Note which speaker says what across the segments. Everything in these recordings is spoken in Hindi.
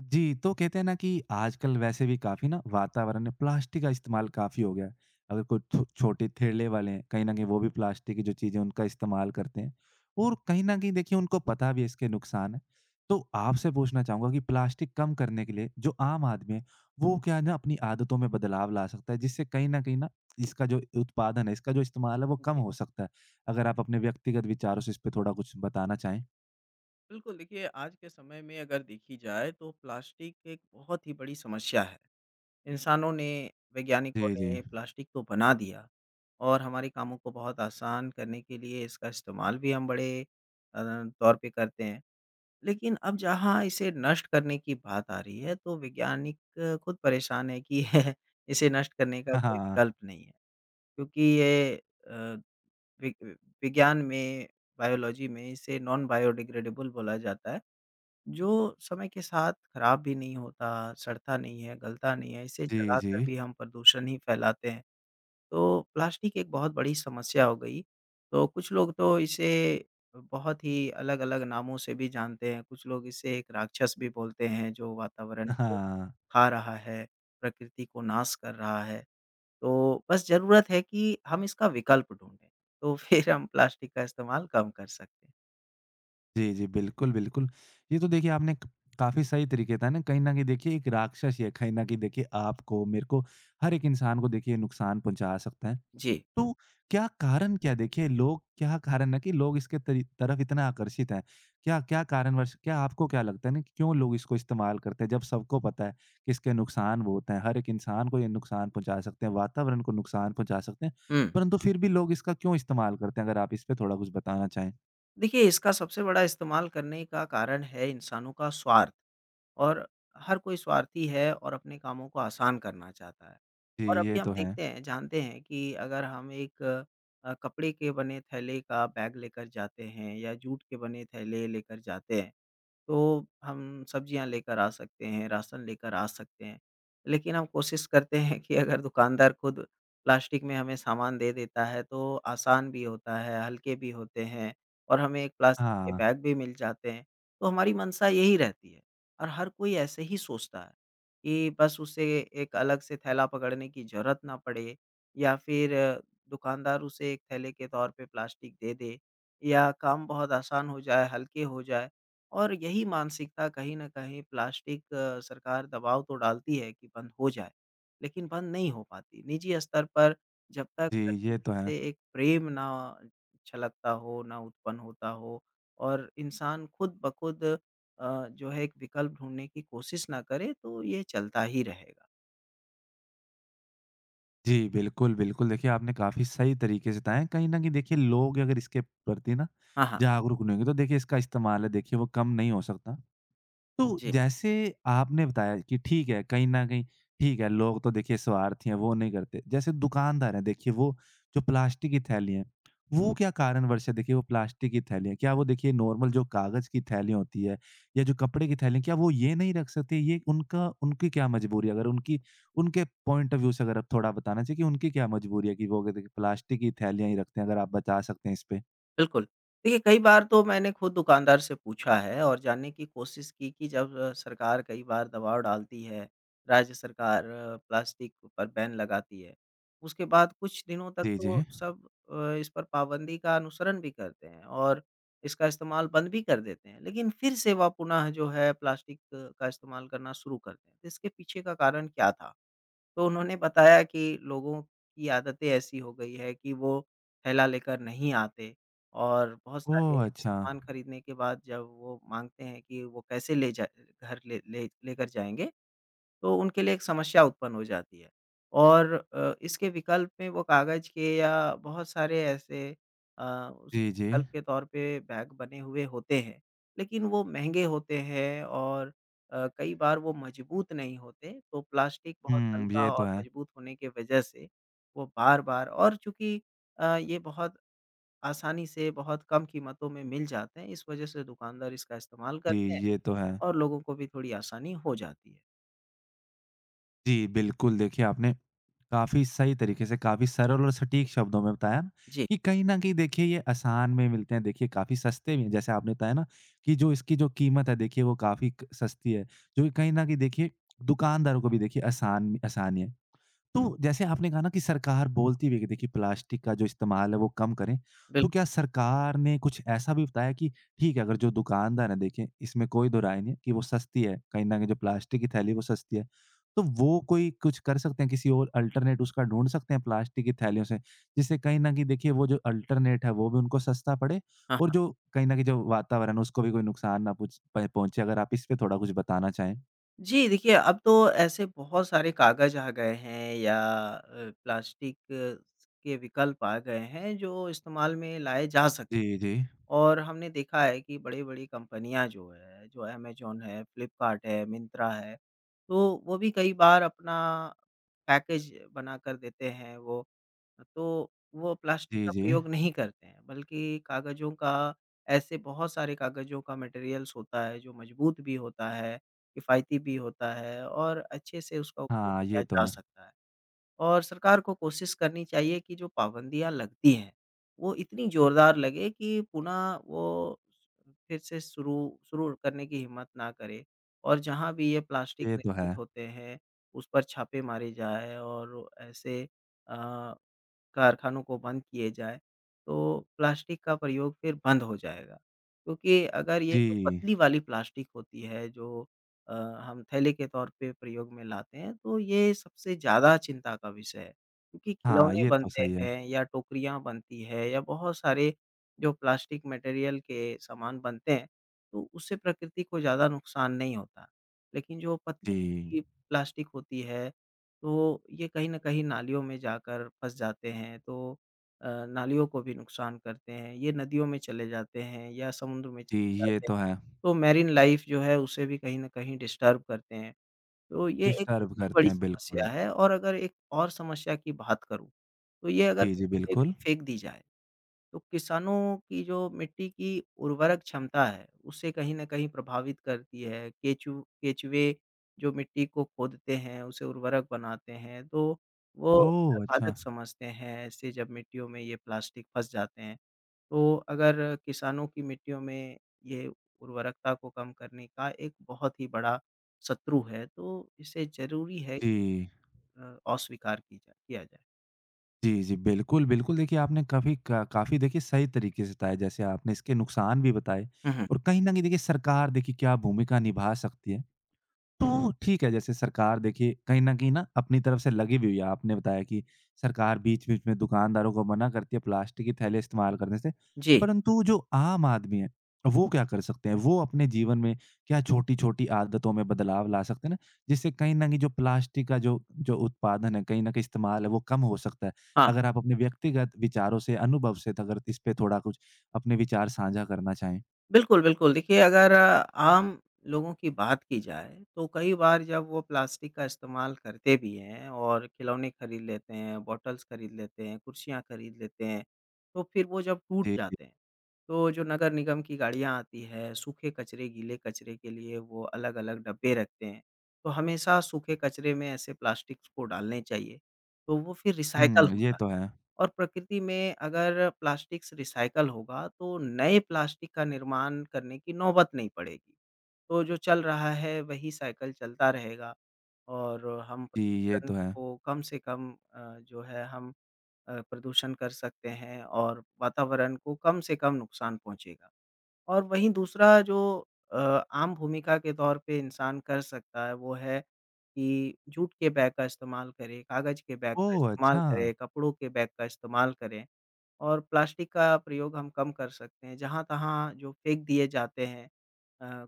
Speaker 1: जी, तो कहते हैं ना कि आजकल वैसे भी काफ़ी ना वातावरण में प्लास्टिक का इस्तेमाल काफ़ी हो गया है। अगर कोई छो छोटे ठेले वाले हैं, कहीं न कहीं वो भी प्लास्टिक की जो चीज़ें उनका इस्तेमाल करते हैं और कहीं न कहीं देखिए उनको पता भी है इसके नुकसान हैं। तो आपसे पूछना चाहूँगा कि प्लास्टिक कम करने के लिए जो आम आदमी है, वो क्या है ना अपनी आदतों में बदलाव ला सकता है जिससे कहीं न कहीं ना इसका जो उत्पादन है, इसका जो इस्तेमाल है वो कम
Speaker 2: जी,
Speaker 1: हो सकता है? अगर आप अपने व्यक्तिगत विचारों से इस पे थोड़ा कुछ बताना चाहें?
Speaker 2: बिल्कुल देखिए आज के समय में अगर देखी जाए तो प्लास्टिक एक बहुत ही बड़ी समस्या है। इंसानों ने, वैज्ञानिकों
Speaker 1: जी, जी।
Speaker 2: ने प्लास्टिक तो बना दिया और हमारे कामों को बहुत आसान करने के लिए इसका इस्तेमाल भी हम बड़े अ, तौर पे करते हैं। लेकिन अब जहाँ इसे नष्ट करने की बात आ रही है तो वैज्ञानिक खुद परेशान है कि इसे नष्ट करने का
Speaker 1: हाँ,
Speaker 2: कोई
Speaker 1: हाँ।
Speaker 2: विकल्प नहीं है। क्योंकि ये अ, वि विज्ञान में, बायोलॉजी में इसे नॉन बायोडिग्रेडेबल बोला जाता है। जो समय के साथ खराब भी नहीं होता, सड़ता नहीं है, गलता नहीं है, इसे
Speaker 1: जी, जी।
Speaker 2: जलाकर भी हम प्रदूषण ही फैलाते हैं। तो प्लास्टिक एक बहुत बड़ी समस्या हो गई। तो कुछ लोग तो इसे बहुत ही अलग-अलग नामों से भी जानते हैं, कुछ लोग इसे एक राक्षस भी बोलते हैं जो वातावरण को
Speaker 1: हाँ।
Speaker 2: खा रहा है, प्रकृति को नाश कर रहा है। तो बस ज़रूरत है कि हम इसका विकल्प ढूँढें, तो फिर हम प्लास्टिक का इस्तेमाल कम कर सकते हैं।
Speaker 1: जी, जी। बिल्कुल, बिल्कुल। ये तो देखिए आपने क काफ़ी सही तरीके था ना कहीं न कहीं देखिए एक राक्षस ही है, कहीं न कहीं देखिए आपको, मेरे को, हर एक इंसान को देखिए नुकसान पहुँचा सकता है।
Speaker 2: जी।
Speaker 1: तो क्या कारण क्या है देखिए लोग क्या कारण है कि लोग इसके तरी तरफ इतना आकर्षित हैं? क्या क्या कारणवश क्या आपको क्या लगता है ना कि क्यों लोग इसको इस्तेमाल करते हैं जब सबको पता है कि इसके नुकसान बहुत हैं, हर एक इंसान को ये नुकसान पहुँचा सकते हैं, वातावरण को नुकसान पहुँचा सकते हैं,
Speaker 2: हुँ।
Speaker 1: परंतु फिर भी लोग इसका क्यों इस्तेमाल करते हैं? अगर आप इस पे थोड़ा कुछ बताना चाहें?
Speaker 2: देखिए, इसका सबसे बड़ा इस्तेमाल करने का कारण है इंसानों का स्वार्थ और हर कोई स्वार्थी है और अपने कामों को आसान करना चाहता है।
Speaker 1: जी,
Speaker 2: और अभी
Speaker 1: ये
Speaker 2: हम
Speaker 1: तो है।
Speaker 2: देखते हैं, जानते हैं कि अगर हम एक कपड़े के बने थैले का बैग लेकर जाते हैं या जूट के बने थैले लेकर जाते हैं, तो हम सब्जियाँ लेकर आ सकते हैं, राशन लेकर आ सकते हैं। लेकिन हम कोशिश करते हैं कि अगर दुकानदार खुद प्लास्टिक में हमें सामान दे देता है, तो आसान भी होता है, हल्के भी होते हैं और हमें एक प्लास्टिक के
Speaker 1: हाँ।
Speaker 2: बैग भी मिल जाते हैं। तो हमारी मंशा यही रहती है और हर कोई ऐसे ही सोचता है कि बस उसे एक अलग से थैला पकड़ने की ज़रूरत ना पड़े या फिर दुकानदार उसे एक थैले के तौर पे प्लास्टिक दे दे या काम बहुत आसान हो जाए, हल्के हो जाए। और यही मानसिकता कहीं न कहीं प्लास्टिक सरकार दबाव तो डालती है कि बंद हो जाए, लेकिन बंद नहीं हो पाती। निजी स्तर पर जब तक
Speaker 1: जी, ये
Speaker 2: प्रकृति
Speaker 1: तो है।
Speaker 2: से एक प्रेम ना छलकता हो, ना उत्पन्न होता हो और इंसान खुद ब खुद जो है एक विकल्प ढूँढने की कोशिश ना करे, तो ये चलता ही रहेगा।
Speaker 1: जी, बिल्कुल, बिल्कुल। देखिए, आपने काफ़ी सही तरीके से बताया। कहीं न कहीं देखिए लोग अगर इसके प्रति ना
Speaker 2: हाँ, हाँ।
Speaker 1: जागरूक नहीं होंगे तो देखिए इसका इस्तेमाल है देखिए वो कम नहीं हो सकता। तो
Speaker 2: जी।
Speaker 1: जैसे आपने बताया कि ठीक है, कहीं न कहीं ठीक है, लोग तो देखिए स्वार्थी हैं, वो नहीं करते। जैसे दुकानदार हैं, देखिए वो जो प्लास्टिक की थैलियाँ हैं, वो क्या कारणवश है देखिए वो प्लास्टिक की थैलियाँ? क्या वो देखिए नॉर्मल जो कागज़ की थैलियाँ होती हैं या जो कपड़े की थैलियाँ, क्या वो ये नहीं रख सकती? ये उनका उनकी क्या मजबूरी है? अगर उनकी उनके पॉइंट ऑफ व्यू से अगर आप थोड़ा बताना चाहिए कि उनकी क्या मजबूरी है कि वो देखिए प्लास्टिक की थैलियाँ ही रखते हैं? अगर आप बता सकते हैं इस पे।
Speaker 2: बिल्कुल। देखिए, कई बार तो मैंने खुद दुकानदार से पूछा है और जानने की कोशिश की कि जब सरकार कई बार दबाव डालती है, राज्य सरकार प्लास्टिक पर बैन लगाती है, उसके बाद कुछ दिनों तक
Speaker 1: जी, जी।
Speaker 2: तो सब इस पर पाबंदी का अनुसरण भी करते हैं और इसका इस्तेमाल बंद भी कर देते हैं। लेकिन फिर से वह पुनः जो है प्लास्टिक का इस्तेमाल करना शुरू करते हैं। तो इसके पीछे का कारण क्या था? तो उन्होंने बताया कि लोगों की आदतें ऐसी हो गई है कि वो थैला लेकर नहीं आते और बहुत सारे
Speaker 1: ओह! अच्छा।
Speaker 2: सामान खरीदने के बाद जब वो माँगते हैं कि वो कैसे ले जाए घर ले ले लेकर जाएँगे तो उनके लिए एक समस्या उत्पन्न हो जाती है। और इसके विकल्प में वो कागज़ के या बहुत सारे ऐसे अ, उस
Speaker 1: जी, जी।
Speaker 2: विकल्प के तौर पे बैग बने हुए होते हैं। लेकिन वो महँगे होते हैं और कई बार वो मजबूत नहीं होते, तो प्लास्टिक बहुत
Speaker 1: हुँ, ये
Speaker 2: हल्का
Speaker 1: तो
Speaker 2: और
Speaker 1: है।
Speaker 2: मजबूत होने के वजह से वो बार-बार और चूँकि ये बहुत आसानी से बहुत कम कीमतों में मिल जाते हैं, इस वजह से दुकानदार इसका इस्तेमाल
Speaker 1: जी,
Speaker 2: करते हैं
Speaker 1: ये तो है।
Speaker 2: और लोगों को भी थोड़ी आसानी हो जाती है।
Speaker 1: जी, बिल्कुल देखिए आपने काफ़ी सही तरीके से, काफ़ी सरल और सटीक शब्दों में बताया ना
Speaker 2: जी,
Speaker 1: कि कहीं न कहीं देखिए ये आसान में मिलते हैं, देखिए काफ़ी सस्ते भी हैं। जैसे आपने बताया ना कि जो इसकी जो कीमत है देखिए वो काफ़ी क सस्ती है, जो कि कहीं न कहीं देखिए दुकानदारों को भी देखिए आसानी है। तो जैसे आपने कहा ना कि सरकार बोलती भी है कि देखिए प्लास्टिक का जो इस्तेमाल है वो कम करें। तो
Speaker 2: बिल्कुल।
Speaker 1: क्या सरकार ने कुछ ऐसा भी बताया कि ठीक है अगर जो दुकानदार है देखिए इसमें कोई दो राय नहीं है कि वो सस्ती है, कहीं न कहीं जो प्लास्टिक की थैली है वो सस्ती है। तो वो कोई कुछ कर सकते हैं किसी और अल्टरनेट उसका ढूँढ सकते हैं प्लास्टिक की थैलियों से, जिससे कहीं न कहीं देखिए वो जो अल्टरनेट है वो भी उनको सस्ता पड़े और जो कहीं न कहीं जो वातावरण है उसको भी कोई नुकसान ना पुच प पहुँचे अगर आप इस पे थोड़ा कुछ बताना चाहें?
Speaker 2: जी, देखिए अब तो ऐसे बहुत सारे कागज़ आ गए हैं या अ, प्लास्टिक के विकल्प आ गए हैं जो इस्तेमाल में लाए जा सकते हैं।
Speaker 1: जी, जी।
Speaker 2: और हमने देखा है कि बड़ी-बड़ी कंपनियाँ जो है, जो अमेज़न है, फ्लिपकार्ट है, मिंत्रा है, तो वो भी कई बार अपना पैकेज बनाकर देते हैं वो। तो वो प्लास्टिक
Speaker 1: जी,
Speaker 2: का
Speaker 1: जी।
Speaker 2: प्रयोग नहीं करते हैं, बल्कि कागज़ों का ऐसे बहुत सारे कागज़ों का मटेरियल्स होता है जो मज़बूत भी होता है, किफ़ायती भी होता है और अच्छे से उसका उपयोग
Speaker 1: हाँ,
Speaker 2: किया
Speaker 1: ये तो
Speaker 2: जा
Speaker 1: है।
Speaker 2: सकता है। और सरकार को कोशिश करनी चाहिए कि जो पाबंदियाँ लगती हैं, वो इतनी ज़ोरदार लगे कि पुनः वो फिर से शुरू शुरू करने की हिम्मत ना करे और जहाँ भी ये प्लास्टिक
Speaker 1: ये तो है।
Speaker 2: निर्मित होते हैं, उस पर छापे मारे जाएँ और ऐसे अ कारखानों को बंद किए जाए, तो प्लास्टिक का प्रयोग फिर बंद हो जाएगा। क्योंकि अगर ये जो
Speaker 1: जी।
Speaker 2: पतली वाली प्लास्टिक होती है जो अ, हम थैले के तौर पे प्रयोग में लाते हैं, तो ये सबसे ज़्यादा चिंता का विषय है। क्योंकि
Speaker 1: हाँ,
Speaker 2: खिलौने
Speaker 1: ये तो
Speaker 2: बनते
Speaker 1: सही है।
Speaker 2: हैं या टोकरियाँ बनती है या बहुत सारे जो प्लास्टिक मटेरियल के सामान बनते हैं, तो उससे प्रकृति को ज़्यादा नुकसान नहीं होता। लेकिन जो पतली
Speaker 1: जी,
Speaker 2: की प्लास्टिक होती है तो ये कहीं न कहीं नालियों में जाकर फँस जाते हैं, तो नालियों को भी नुकसान करते हैं। ये नदियों में चले जाते हैं या समुद्र में
Speaker 1: जी,
Speaker 2: चले
Speaker 1: ये
Speaker 2: जाते हैं,
Speaker 1: तो है।
Speaker 2: तो मैरीन लाइफ़ जो है उसे भी कहीं न कहीं डिस्टर्ब करते हैं। तो ये एक
Speaker 1: डिस्टर्ब
Speaker 2: इतनी
Speaker 1: करते
Speaker 2: बड़ी
Speaker 1: हैं, बिल्कुल।
Speaker 2: समस्या है और अगर एक और समस्या की बात करूँ, तो ये अगर
Speaker 1: जी, जी,
Speaker 2: मिट्टी में भी
Speaker 1: बिल्कुल।
Speaker 2: फेंक दी जाए तो किसानों की जो मिट्टी की उर्वरक क्षमता है, उसे कहीं न कहीं प्रभावित करती है। केचुँ केचुए जो मिट्टी को खोदते हैं, उसे उर्वरक बनाते हैं, तो वो
Speaker 1: ओह! अच्छा।
Speaker 2: बाधक समझते हैं। ऐसे जब मिट्टियों में ये प्लास्टिक फँस जाते हैं, तो अगर किसानों की मिट्टियों में ये उर्वरकता को कम करने का एक बहुत ही बड़ा शत्रु है, तो इसे ज़रूरी है
Speaker 1: जी।
Speaker 2: अस्वीकार की जाए किया जाए।
Speaker 1: जी, जी, बिल्कुल, बिल्कुल। देखिए, आपने काफ़ी देखिए सही तरीके से बताया, जैसे आपने इसके नुकसान भी बताए
Speaker 2: हुँ, हुँ।
Speaker 1: और कहीं न कहीं देखिए सरकार देखिए क्या भूमिका निभा सकती है। तो ठीक है, जैसे सरकार देखिए कहीं न कहीं ना अपनी तरफ से लगी भी हुई है। आपने बताया कि सरकार बीच-बीच में दुकानदारों को मना करती है प्लास्टिक के थैले इस्तेमाल करने से।
Speaker 2: जी,
Speaker 1: परंतु जो आम आदमी है, वो क्या कर सकते हैं? वो अपने जीवन में क्या छोटी-छोटी आदतों में बदलाव ला सकते हैं ना, जिससे कहीं न कहीं जो प्लास्टिक का जो जो उत्पादन है, कहीं न कहीं इस्तेमाल है, वो कम हो सकता है?
Speaker 2: हाँ।
Speaker 1: अगर आप अपने व्यक्तिगत विचारों से, अनुभव से अगर इस पे थोड़ा कुछ अपने विचार साझा करना चाहें?
Speaker 2: बिल्कुल, बिल्कुल। देखिए अगर आम लोगों की बात की जाए तो कई बार जब वो प्लास्टिक का इस्तेमाल करते भी हैं और खिलौने खरीद लेते हैं, बॉटल्स खरीद लेते हैं, कुर्सियाँ खरीद लेते हैं, तो फिर वो जब टूट
Speaker 1: जी, जी।
Speaker 2: जाते हैं, तो जो नगर निगम की गाड़ियाँ आती हैं, सूखे कचरे, गीले कचरे के लिए वो अलग-अलग डब्बे रखते हैं। तो हमेशा सूखे कचरे में ऐसे प्लास्टिक्स को डालने चाहिए, तो वो फिर रिसाइकल
Speaker 1: हुँ, ये
Speaker 2: होता है।
Speaker 1: तो है।
Speaker 2: और प्रकृति में अगर प्लास्टिक्स रिसाइकल होगा तो नए प्लास्टिक का निर्माण करने की नौबत नहीं पड़ेगी। तो जो चल रहा है वही साइकिल चलता रहेगा और हम
Speaker 1: जी, ये
Speaker 2: प्रदूषण
Speaker 1: तो है।
Speaker 2: को कम से कम अ, जो है हम प्रदूषण कर सकते हैं और वातावरण को कम से कम नुकसान पहुँचेगा। और वहीं दूसरा जो अ, आम भूमिका के तौर पे इंसान कर सकता है वो है कि जूट के बैग का इस्तेमाल करें, कागज़ के बैग का
Speaker 1: ओह!
Speaker 2: इस्तेमाल
Speaker 1: अच्छा।
Speaker 2: करें, कपड़ों के बैग का इस्तेमाल करें। और प्लास्टिक का प्रयोग हम कम कर सकते हैं। जहाँ-तहाँ जो फेंक दिए जाते हैं अ,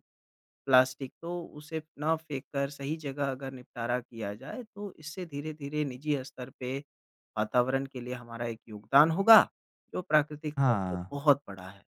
Speaker 2: प्लास्टिक तो उसे ना फेंक कर सही जगह अगर निपटारा किया जाए तो इससे धीरे-धीरे निजी स्तर पे वातावरण के लिए हमारा एक योगदान होगा, जो प्राकृतिक तौर पे
Speaker 1: हाँ।
Speaker 2: बहुत बड़ा है।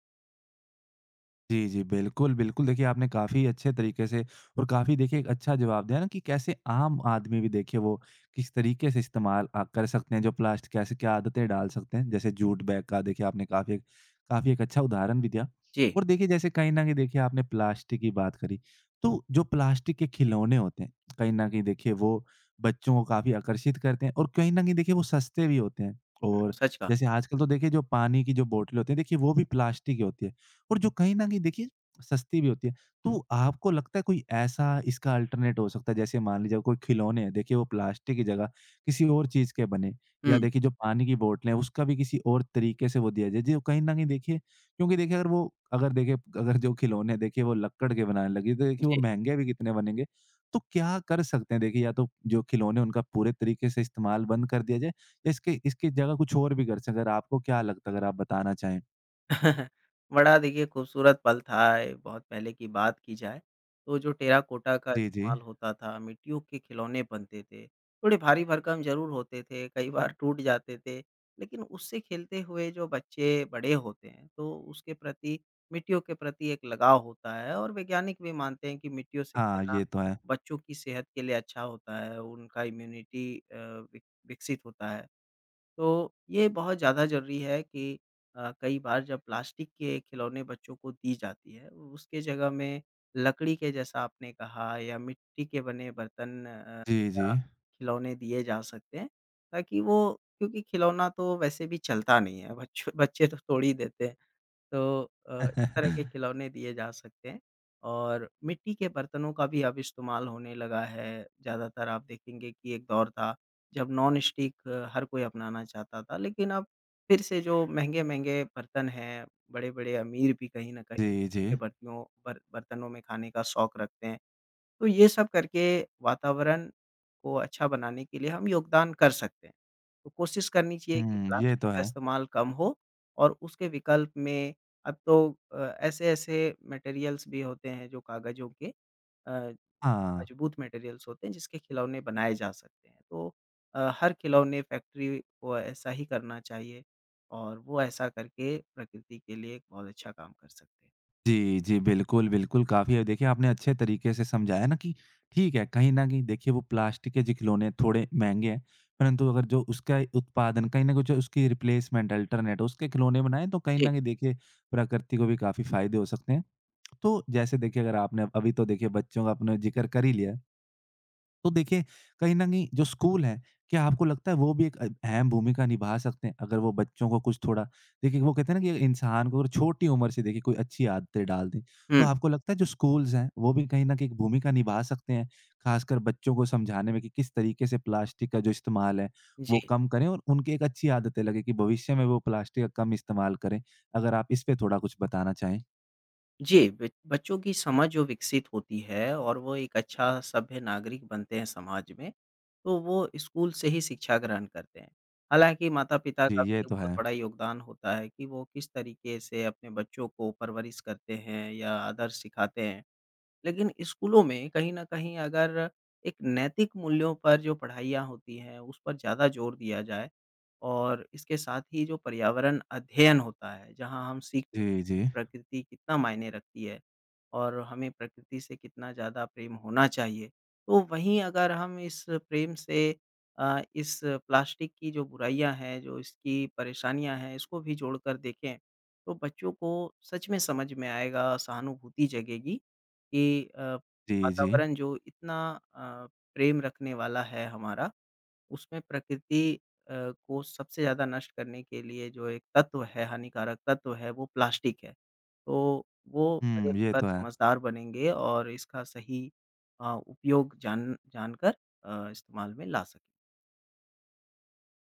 Speaker 1: जी, जी। बिल्कुल, बिल्कुल। देखिए, आपने काफ़ी अच्छे तरीके से और काफ़ी देखिए एक अच्छा जवाब दिया ना कि कैसे आम आदमी भी देखिए वो किस तरीके से इस्तेमाल कर सकते हैं, जो प्लास्टिक कैसे क्या आदतें डाल सकते हैं। जैसे जूट बैग का देखिए आपने काफ़ी एक अच्छा उदाहरण भी दिया।
Speaker 2: जी,
Speaker 1: और देखिए जैसे कहीं न कहीं देखिए आपने प्लास्टिक की बात करी। तो जो प्लास्टिक के खिलौने होते हैं, कहीं न कहीं देखिए वो बच्चों को काफ़ी आकर्षित करते हैं और कहीं न कहीं देखिए वो सस्ते भी होते हैं। और
Speaker 2: सच कहा।
Speaker 1: जैसे आजकल तो देखिए जो पानी की जो बॉटल होती है देखिए वो भी प्लास्टिक की होती है। और जो कहीं न कहीं देखिए सस्ती भी होती है। तो आपको लगता है कोई ऐसा इसका अल्टरनेट हो सकता है जैसे मान लीजिए कोई खिलौने हैं देखिए वो प्लास्टिक की जगह किसी और चीज़ के बने या
Speaker 2: हुँ,
Speaker 1: देखिए जो पानी की बोतलें हैं उसका भी किसी और तरीके से वो दिया जाए। जो कहीं न कहीं देखिए क्योंकि देखिए अगर देखिए अगर जो खिलौने हैं देखिए वो लक्कड़ के बनाने लगे तो देखिए वो
Speaker 2: जी।
Speaker 1: महँगे भी कितने बनेंगे। तो क्या कर सकते हैं देखिए या तो जो खिलौने हैं उनका पूरे तरीके से इस्तेमाल बंद कर दिया जाए या इसके इसकी जगह कुछ और भी कर सकें? अगर आपको क्या लगता है अगर आप बताना चाहें?
Speaker 2: बड़ा देखिए खूबसूरत पल था ये, बहुत पहले की बात की जाए, तो जो टेराकोटा का
Speaker 1: जी, जी।
Speaker 2: इस्तेमाल होता था, मिट्टियों के खिलौने बनते थे, थोड़े भारी-भरकम ज़रूर होते थे, कई बार टूट जाते थे, लेकिन उससे खेलते हुए जो बच्चे बड़े होते हैं, तो उसके प्रति मिट्टियों के प्रति एक लगाव होता है और वैज्ञानिक भी मानते हैं कि मिट्टियों से
Speaker 1: हाँ,
Speaker 2: खेलना
Speaker 1: ये तो है।
Speaker 2: बच्चों की सेहत के लिए अच्छा होता है, उनका इम्यूनिटी विकसित होता है। तो ये बहुत ज़्यादा ज़रूरी है कि कई बार जब प्लास्टिक के खिलौने बच्चों को दी जाती है, उसके जगह में लकड़ी के जैसा आपने कहा या मिट्टी के बने बर्तन
Speaker 1: जी, जी।
Speaker 2: या खिलौने दिए जा सकते हैं, ताकि वो क्योंकि खिलौना तो वैसे भी चलता नहीं है, बच्चों बच्चे तो तोड़ ही देते हैं। तो इस तरह के खिलौने दिए जा सकते हैं और मिट्टी के बर्तनों का भी अब इस्तेमाल होने लगा है। ज़्यादातर आप देखेंगे कि एक दौर था जब नॉन स्टिक हर कोई अपनाना चाहता था, लेकिन अब फिर से जो महँगे-महँगे बर्तन हैं, बड़े-बड़े अमीर भी कहीं न कहीं
Speaker 1: जी, जी।
Speaker 2: के बर्तियों बर बर्तनों में खाने का शौक रखते हैं। तो ये सब करके वातावरण को अच्छा बनाने के लिए हम योगदान कर सकते हैं। तो कोशिश करनी चाहिए कि
Speaker 1: हुँ, ये
Speaker 2: प्लास्टिक
Speaker 1: तो
Speaker 2: का
Speaker 1: है।
Speaker 2: इस्तेमाल कम हो और उसके विकल्प में अब तो ऐसे-ऐसे मटेरियल्स भी होते हैं जो कागज़ों के अ,
Speaker 1: हाँ।
Speaker 2: मजबूत मटेरियल्स होते हैं जिसके खिलौने बनाए जा सकते हैं। तो हर खिलौने फैक्ट्री को ऐसा ही करना चाहिए और वो ऐसा करके प्रकृति के लिए एक बहुत अच्छा काम कर सकते हैं।
Speaker 1: जी, जी, बिल्कुल, बिल्कुल, काफ़ी है देखिए आपने अच्छे तरीके से समझाया ना कि ठीक है, कहीं न कहीं देखिए वो प्लास्टिक के जो खिलौने थोड़े महँगे हैं, परंतु अगर जो उसका उत्पादन कहीं न कहीं जो उसकी रिप्लेसमेंट अल्टरनेट उसके खिलौने बनाएँ तो कहीं
Speaker 2: जी।
Speaker 1: न कहीं देखिए प्रकृति को भी काफ़ी फ़ायदे हो सकते हैं। तो जैसे देखिए अगर आपने अभी तो देखिए बच्चों का आपने ज़िक्र कर ही लिया है। तो देखिए, कहीं न कहीं जो स्कूल हैं, क्या आपको लगता है वो भी एक अहम भूमिका निभा सकते हैं अगर वो बच्चों को कुछ थोड़ा देखिए वो कहते हैं ना कि इंसान को अगर छोटी उम्र से देखिए कोई अच्छी आदतें डाल दें,
Speaker 2: हुँ,
Speaker 1: तो आपको लगता है जो स्कूल्स हैं, वो भी कहीं न कहीं एक भूमिका निभा सकते हैं, ख़ासकर बच्चों को समझाने में कि किस तरीके से प्लास्टिक का जो इस्तेमाल है, वो
Speaker 2: जी।
Speaker 1: कम करें और उनकी एक अच्छी आदतें लगें कि भविष्य में वो प्लास्टिक का कम इस्तेमाल करें? अगर आप इस पे थोड़ा कुछ बताना चाहें?
Speaker 2: जी, ब बच्चों की समझ जो विकसित होती है और वो एक अच्छा सभ्य नागरिक बनते हैं समाज में, तो वो स्कूल से ही शिक्षा ग्रहण करते हैं। हालाँकि माता-पिता
Speaker 1: जी,
Speaker 2: का भी
Speaker 1: ये
Speaker 2: एक
Speaker 1: तो
Speaker 2: बहुत
Speaker 1: है।
Speaker 2: बड़ा योगदान होता है कि वो किस तरीके से अपने बच्चों को परवरिश करते हैं या आदर्श सिखाते हैं। लेकिन स्कूलों में कहीं न कहीं अगर एक नैतिक मूल्यों पर जो पढ़ाइयाँ होती हैं, उस पर ज़्यादा जोर दिया जाए और इसके साथ ही जो पर्यावरण अध्ययन होता है, जहाँ हम सीखते हैं
Speaker 1: जी,
Speaker 2: कि
Speaker 1: जी।
Speaker 2: प्रकृति कितना मायने रखती है और हमें प्रकृति से कितना ज़्यादा प्रेम होना चाहिए। तो वहीं अगर हम इस प्रेम से इस प्लास्टिक की जो बुराइयाँ हैं, जो इसकी परेशानियाँ हैं, इसको भी जोड़कर देखें, तो बच्चों को सच में समझ में आएगा, सहानुभूति जगेगी कि
Speaker 1: जी, जी।
Speaker 2: वातावरण जो इतना अ, प्रेम रखने वाला है हमारा, उसमें प्रकृति अ, को सबसे ज़्यादा नष्ट करने के लिए जो एक तत्व है, हानिकारक तत्व है, वो प्लास्टिक है। तो वो बड़े
Speaker 1: हुँ, ये
Speaker 2: होकर
Speaker 1: तो है।
Speaker 2: समझदार बनेंगे और इसका सही उपयोग जानकर इस्तेमाल में ला सकें।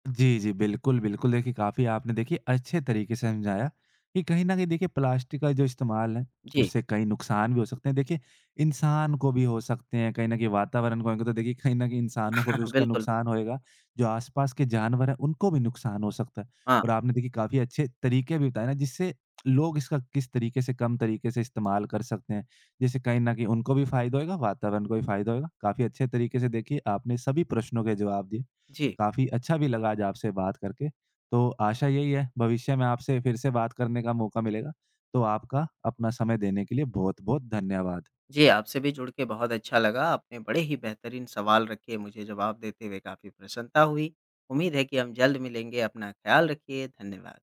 Speaker 1: जी, जी। बिल्कुल, बिल्कुल। देखिए, काफ़ी आपने देखिए अच्छे तरीके से समझाया कि कहीं न कहीं देखिए प्लास्टिक का जो इस्तेमाल है,
Speaker 2: जी,
Speaker 1: उससे कई नुकसान भी हो सकते हैं। देखिए, इंसान को भी हो सकते हैं, कहीं न कहीं वातावरण को होंगे तो देखिए कहीं न कहीं इंसानों को भी उसका
Speaker 2: बिल्कुल।
Speaker 1: नुकसान होएगा, जो आस-पास के जानवर हैं उनको भी नुकसान हो सकता है।
Speaker 2: हाँ,
Speaker 1: और आपने देखिए काफ़ी अच्छे तरीके भी बताए ना जिससे लोग इसका किस तरीके से कम तरीके से इस्तेमाल कर सकते हैं। जैसे कहीं न कहीं उनको भी फ़ायदा होएगा, वातावरण को भी फ़ायदा होएगा। काफ़ी अच्छे तरीके से देखिए आपने सभी प्रश्नों के जवाब दिए।
Speaker 2: जी।
Speaker 1: काफ़ी अच्छा भी लगा आज आपसे बात करके। तो आशा यही है भविष्य में आपसे फिर से बात करने का मौका मिलेगा। तो आपका अपना समय देने के लिए बहुत-बहुत धन्यवाद।
Speaker 2: जी, आपसे भी जुड़ के बहुत अच्छा लगा। आपने बड़े ही बेहतरीन सवाल रखे, मुझे जवाब देते हुए काफ़ी प्रसन्नता हुई। उम्मीद है कि हम जल्द मिलेंगे। अपना ख़्याल रखिए। धन्यवाद।